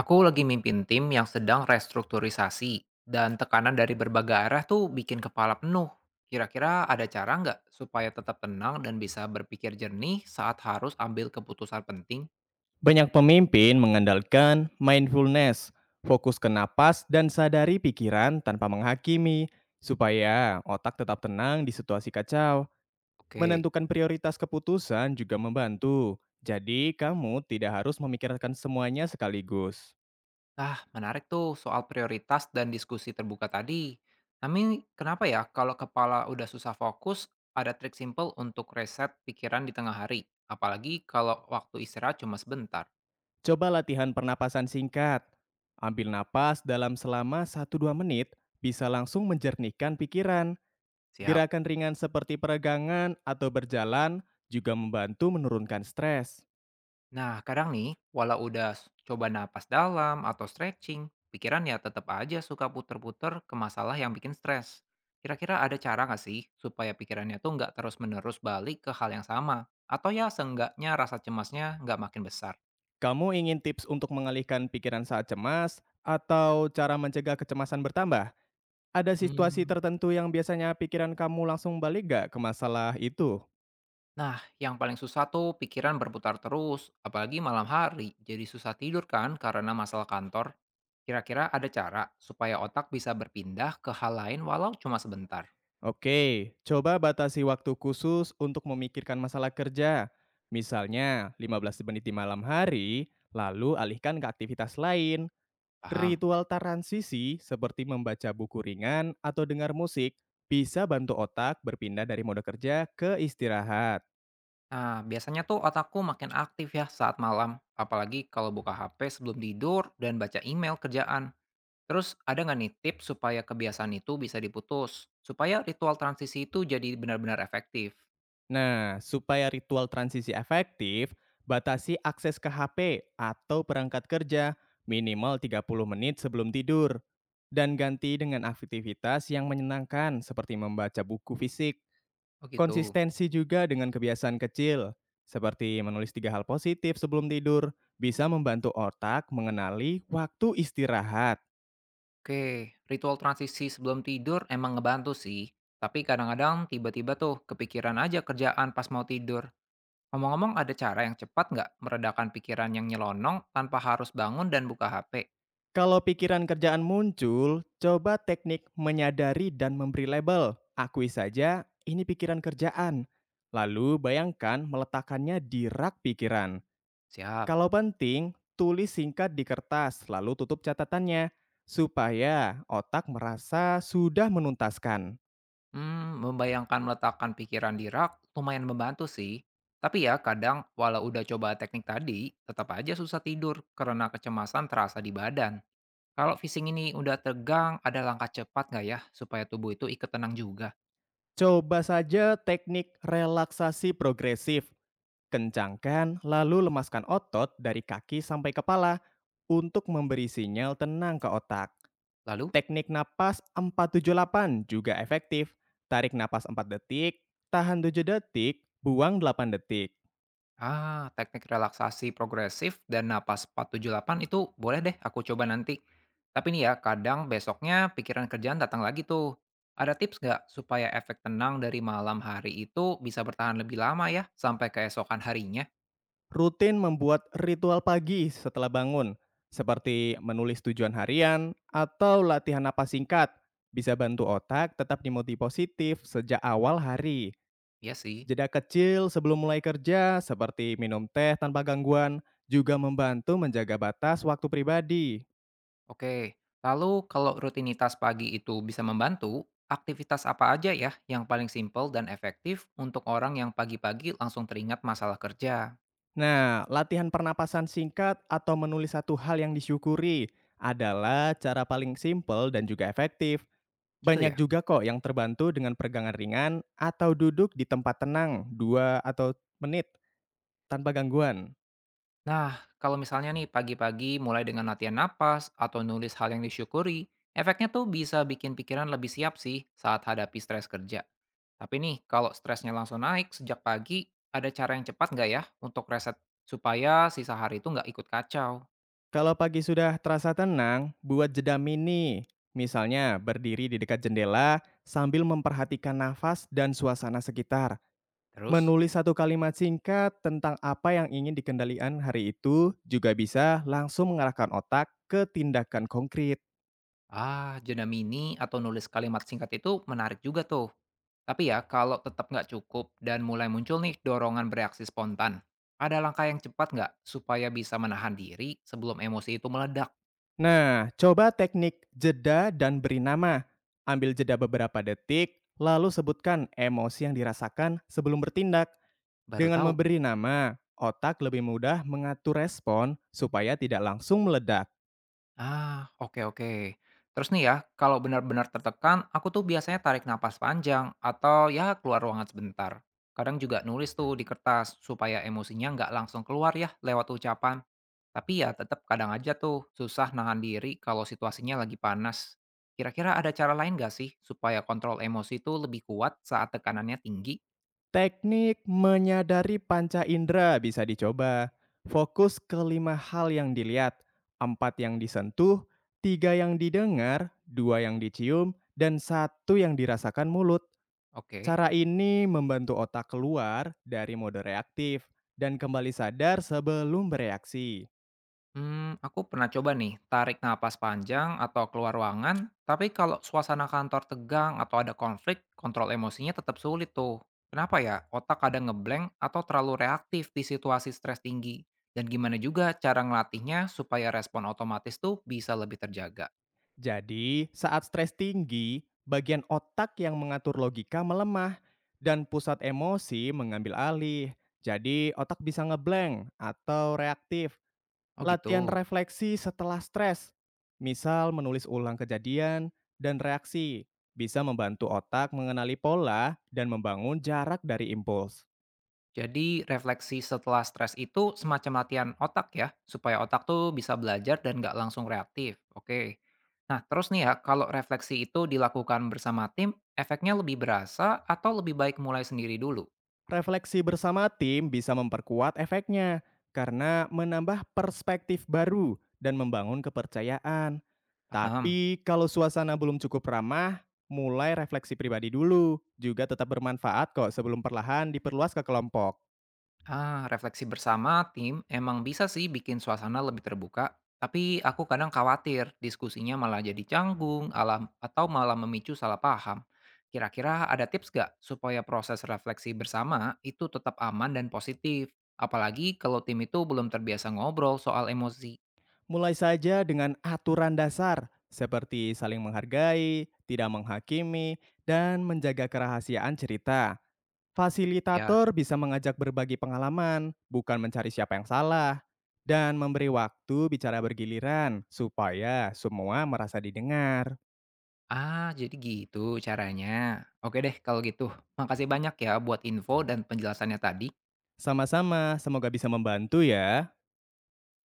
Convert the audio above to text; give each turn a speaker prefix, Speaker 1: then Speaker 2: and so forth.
Speaker 1: Aku lagi mimpin tim yang sedang restrukturisasi dan tekanan dari berbagai arah tuh bikin kepala penuh. Kira-kira ada cara nggak supaya tetap tenang dan bisa berpikir jernih saat harus ambil keputusan penting?
Speaker 2: Banyak pemimpin mengandalkan mindfulness, fokus ke napas, dan sadari pikiran tanpa menghakimi, supaya otak tetap tenang di situasi kacau.
Speaker 1: Oke,
Speaker 2: Menentukan prioritas keputusan juga membantu. Jadi, kamu tidak harus memikirkan semuanya sekaligus.
Speaker 1: ah menarik tuh soal prioritas dan diskusi terbuka tadi. Tapi kenapa ya kalau kepala udah susah fokus, ada trik simple untuk reset pikiran di tengah hari? Apalagi kalau waktu istirahat cuma sebentar.
Speaker 2: Coba latihan pernapasan singkat. Ambil napas dalam selama satu dua menit, bisa langsung menjernihkan pikiran.
Speaker 1: Siap.
Speaker 2: Gerakan ringan seperti peregangan atau berjalan juga membantu menurunkan stres.
Speaker 1: Nah, kadang nih, walau udah coba napas dalam atau stretching, pikiran ya tetap aja suka puter-puter ke masalah yang bikin stres. Kira-kira ada cara nggak sih supaya pikirannya tuh nggak terus-menerus balik ke hal yang sama? Atau ya seenggaknya rasa cemasnya nggak makin besar?
Speaker 2: Kamu ingin tips untuk mengalihkan pikiran saat cemas atau cara mencegah kecemasan bertambah? Ada situasi
Speaker 1: Hmm.
Speaker 2: tertentu yang biasanya pikiran kamu langsung balik gak ke masalah itu?
Speaker 1: Nah, yang paling susah tuh pikiran berputar terus, apalagi malam hari. Jadi susah tidur kan karena masalah kantor. Kira-kira ada cara supaya otak bisa berpindah ke hal lain walau cuma sebentar.
Speaker 2: Oke, coba batasi waktu khusus untuk memikirkan masalah kerja. Misalnya, 15 menit di malam hari, lalu alihkan ke aktivitas lain.
Speaker 1: Paham?
Speaker 2: Ritual transisi seperti membaca buku ringan atau dengar musik bisa bantu otak berpindah dari mode kerja ke istirahat.
Speaker 1: Nah, biasanya tuh otakku makin aktif ya saat malam, apalagi kalau buka HP sebelum tidur dan baca email kerjaan. Terus ada nggak nih tips supaya kebiasaan itu bisa diputus? Supaya ritual transisi itu jadi benar-benar efektif.
Speaker 2: Nah, supaya ritual transisi efektif, batasi akses ke HP atau perangkat kerja minimal 30 menit sebelum tidur dan ganti dengan aktivitas yang menyenangkan seperti membaca buku fisik.
Speaker 1: Oh gitu.
Speaker 2: Konsistensi juga dengan kebiasaan kecil seperti menulis tiga hal positif sebelum tidur bisa membantu otak mengenali waktu istirahat.
Speaker 1: Oke, ritual transisi sebelum tidur emang ngebantu sih. Tapi kadang-kadang tiba-tiba tuh kepikiran aja kerjaan pas mau tidur. Ngomong-ngomong ada cara yang cepat nggak meredakan pikiran yang nyelonong tanpa harus bangun dan buka HP?
Speaker 2: Kalau pikiran kerjaan muncul, coba teknik menyadari dan memberi label. Akui saja, ini pikiran kerjaan. Lalu bayangkan meletakkannya di rak pikiran.
Speaker 1: Siap.
Speaker 2: Kalau penting, tulis singkat di kertas, lalu tutup catatannya. Supaya otak merasa sudah menuntaskan.
Speaker 1: Mmm, membayangkan meletakkan pikiran di rak lumayan membantu sih. Tapi ya kadang walau udah coba teknik tadi, tetap aja susah tidur karena kecemasan terasa di badan. Kalau fishing ini udah tegang, ada langkah cepat nggak ya supaya tubuh itu ikut tenang juga?
Speaker 2: Coba saja teknik relaksasi progresif. Kencangkan, lalu lemaskan otot dari kaki sampai kepala untuk memberi sinyal tenang ke otak.
Speaker 1: Lalu?
Speaker 2: Teknik napas 478 juga efektif. Tarik napas 4 detik, tahan 7 detik, buang 8 detik.
Speaker 1: Ah, teknik relaksasi progresif dan napas 478 itu boleh deh aku coba nanti. Tapi nih ya, kadang besoknya pikiran kerjaan datang lagi tuh. Ada tips nggak supaya efek tenang dari malam hari itu bisa bertahan lebih lama ya, sampai keesokan harinya?
Speaker 2: Rutin membuat ritual pagi setelah bangun, seperti menulis tujuan harian atau latihan napas singkat. Bisa bantu otak tetap dimotivasi positif sejak awal hari.
Speaker 1: Iya sih.
Speaker 2: Jeda kecil sebelum mulai kerja, seperti minum teh tanpa gangguan, juga membantu menjaga batas waktu pribadi.
Speaker 1: Oke, lalu kalau rutinitas pagi itu bisa membantu, aktivitas apa aja ya yang paling simpel dan efektif untuk orang yang pagi-pagi langsung teringat masalah kerja?
Speaker 2: Nah, latihan pernapasan singkat atau menulis satu hal yang disyukuri adalah cara paling simpel dan juga efektif.
Speaker 1: Gitu
Speaker 2: Banyak
Speaker 1: ya.
Speaker 2: juga kok yang terbantu dengan peregangan ringan atau duduk di tempat tenang 2 atau menit tanpa gangguan.
Speaker 1: Nah, kalau misalnya nih pagi-pagi mulai dengan latihan napas atau nulis hal yang disyukuri, efeknya tuh bisa bikin pikiran lebih siap sih saat hadapi stres kerja. Tapi nih, kalau stresnya langsung naik sejak pagi, ada cara yang cepat nggak ya untuk reset supaya sisa hari itu nggak ikut kacau?
Speaker 2: Kalau pagi sudah terasa tenang, buat jeda mini. Misalnya berdiri di dekat jendela sambil memperhatikan nafas dan suasana sekitar.
Speaker 1: Terus?
Speaker 2: Menulis satu kalimat singkat tentang apa yang ingin dikendalikan hari itu juga bisa langsung mengarahkan otak ke tindakan konkret.
Speaker 1: Ah, jeda mini atau nulis kalimat singkat itu menarik juga tuh. Tapi ya, kalau tetap nggak cukup dan mulai muncul nih dorongan bereaksi spontan, ada langkah yang cepat nggak supaya bisa menahan diri sebelum emosi itu meledak?
Speaker 2: Nah, coba teknik jeda dan beri nama. Ambil jeda beberapa detik, lalu sebutkan emosi yang dirasakan sebelum bertindak.
Speaker 1: Baru
Speaker 2: Dengan
Speaker 1: tahu.
Speaker 2: memberi nama, otak lebih mudah mengatur respon supaya tidak langsung meledak.
Speaker 1: Ah, oke, oke. Terus nih ya, kalau benar-benar tertekan, aku tuh biasanya tarik napas panjang atau ya keluar ruangan sebentar. Kadang juga nulis tuh di kertas supaya emosinya nggak langsung keluar ya lewat ucapan. Tapi ya tetap kadang aja tuh susah nahan diri kalau situasinya lagi panas. Kira-kira ada cara lain nggak sih supaya kontrol emosi tuh lebih kuat saat tekanannya tinggi?
Speaker 2: Teknik menyadari panca indera bisa dicoba. Fokus ke lima hal yang dilihat, empat yang disentuh, tiga yang didengar, dua yang dicium, dan satu yang dirasakan mulut.
Speaker 1: Oke.
Speaker 2: Cara ini membantu otak keluar dari mode reaktif dan kembali sadar sebelum bereaksi.
Speaker 1: Hmm, aku pernah coba nih, tarik napas panjang atau keluar ruangan, tapi kalau suasana kantor tegang atau ada konflik, kontrol emosinya tetap sulit tuh. Kenapa ya? Otak kadang ngeblank atau terlalu reaktif di situasi stres tinggi. Dan gimana juga cara ngelatihnya supaya respon otomatis tuh bisa lebih terjaga?
Speaker 2: Jadi, saat stres tinggi, bagian otak yang mengatur logika melemah dan pusat emosi mengambil alih. Jadi, otak bisa ngeblank atau reaktif.
Speaker 1: Oh
Speaker 2: Latihan
Speaker 1: gitu.
Speaker 2: refleksi setelah stres, misal menulis ulang kejadian dan reaksi, bisa membantu otak mengenali pola dan membangun jarak dari impuls.
Speaker 1: Jadi refleksi setelah stres itu semacam latihan otak ya, supaya otak tuh bisa belajar dan nggak langsung reaktif. Oke. Nah terus nih ya, kalau refleksi itu dilakukan bersama tim, efeknya lebih berasa atau lebih baik mulai sendiri dulu?
Speaker 2: Refleksi bersama tim bisa memperkuat efeknya karena menambah perspektif baru dan membangun kepercayaan.
Speaker 1: Paham?
Speaker 2: Tapi kalau suasana belum cukup ramah, mulai refleksi pribadi dulu, juga tetap bermanfaat kok sebelum perlahan diperluas ke kelompok.
Speaker 1: Ah, refleksi bersama tim emang bisa sih bikin suasana lebih terbuka, tapi aku kadang khawatir diskusinya malah jadi canggung alam, atau malah memicu salah paham. Kira-kira ada tips gak supaya proses refleksi bersama itu tetap aman dan positif? Apalagi kalau tim itu belum terbiasa ngobrol soal emosi.
Speaker 2: Mulai saja dengan aturan dasar, seperti saling menghargai, tidak menghakimi, dan menjaga kerahasiaan cerita.
Speaker 1: Ya,
Speaker 2: Fasilitator bisa mengajak berbagi pengalaman, bukan mencari siapa yang salah, dan memberi waktu bicara bergiliran supaya semua merasa didengar.
Speaker 1: ah jadi gitu caranya. Oke deh kalau gitu. Makasih banyak ya buat info dan penjelasannya tadi.
Speaker 2: Sama-sama, semoga bisa membantu ya.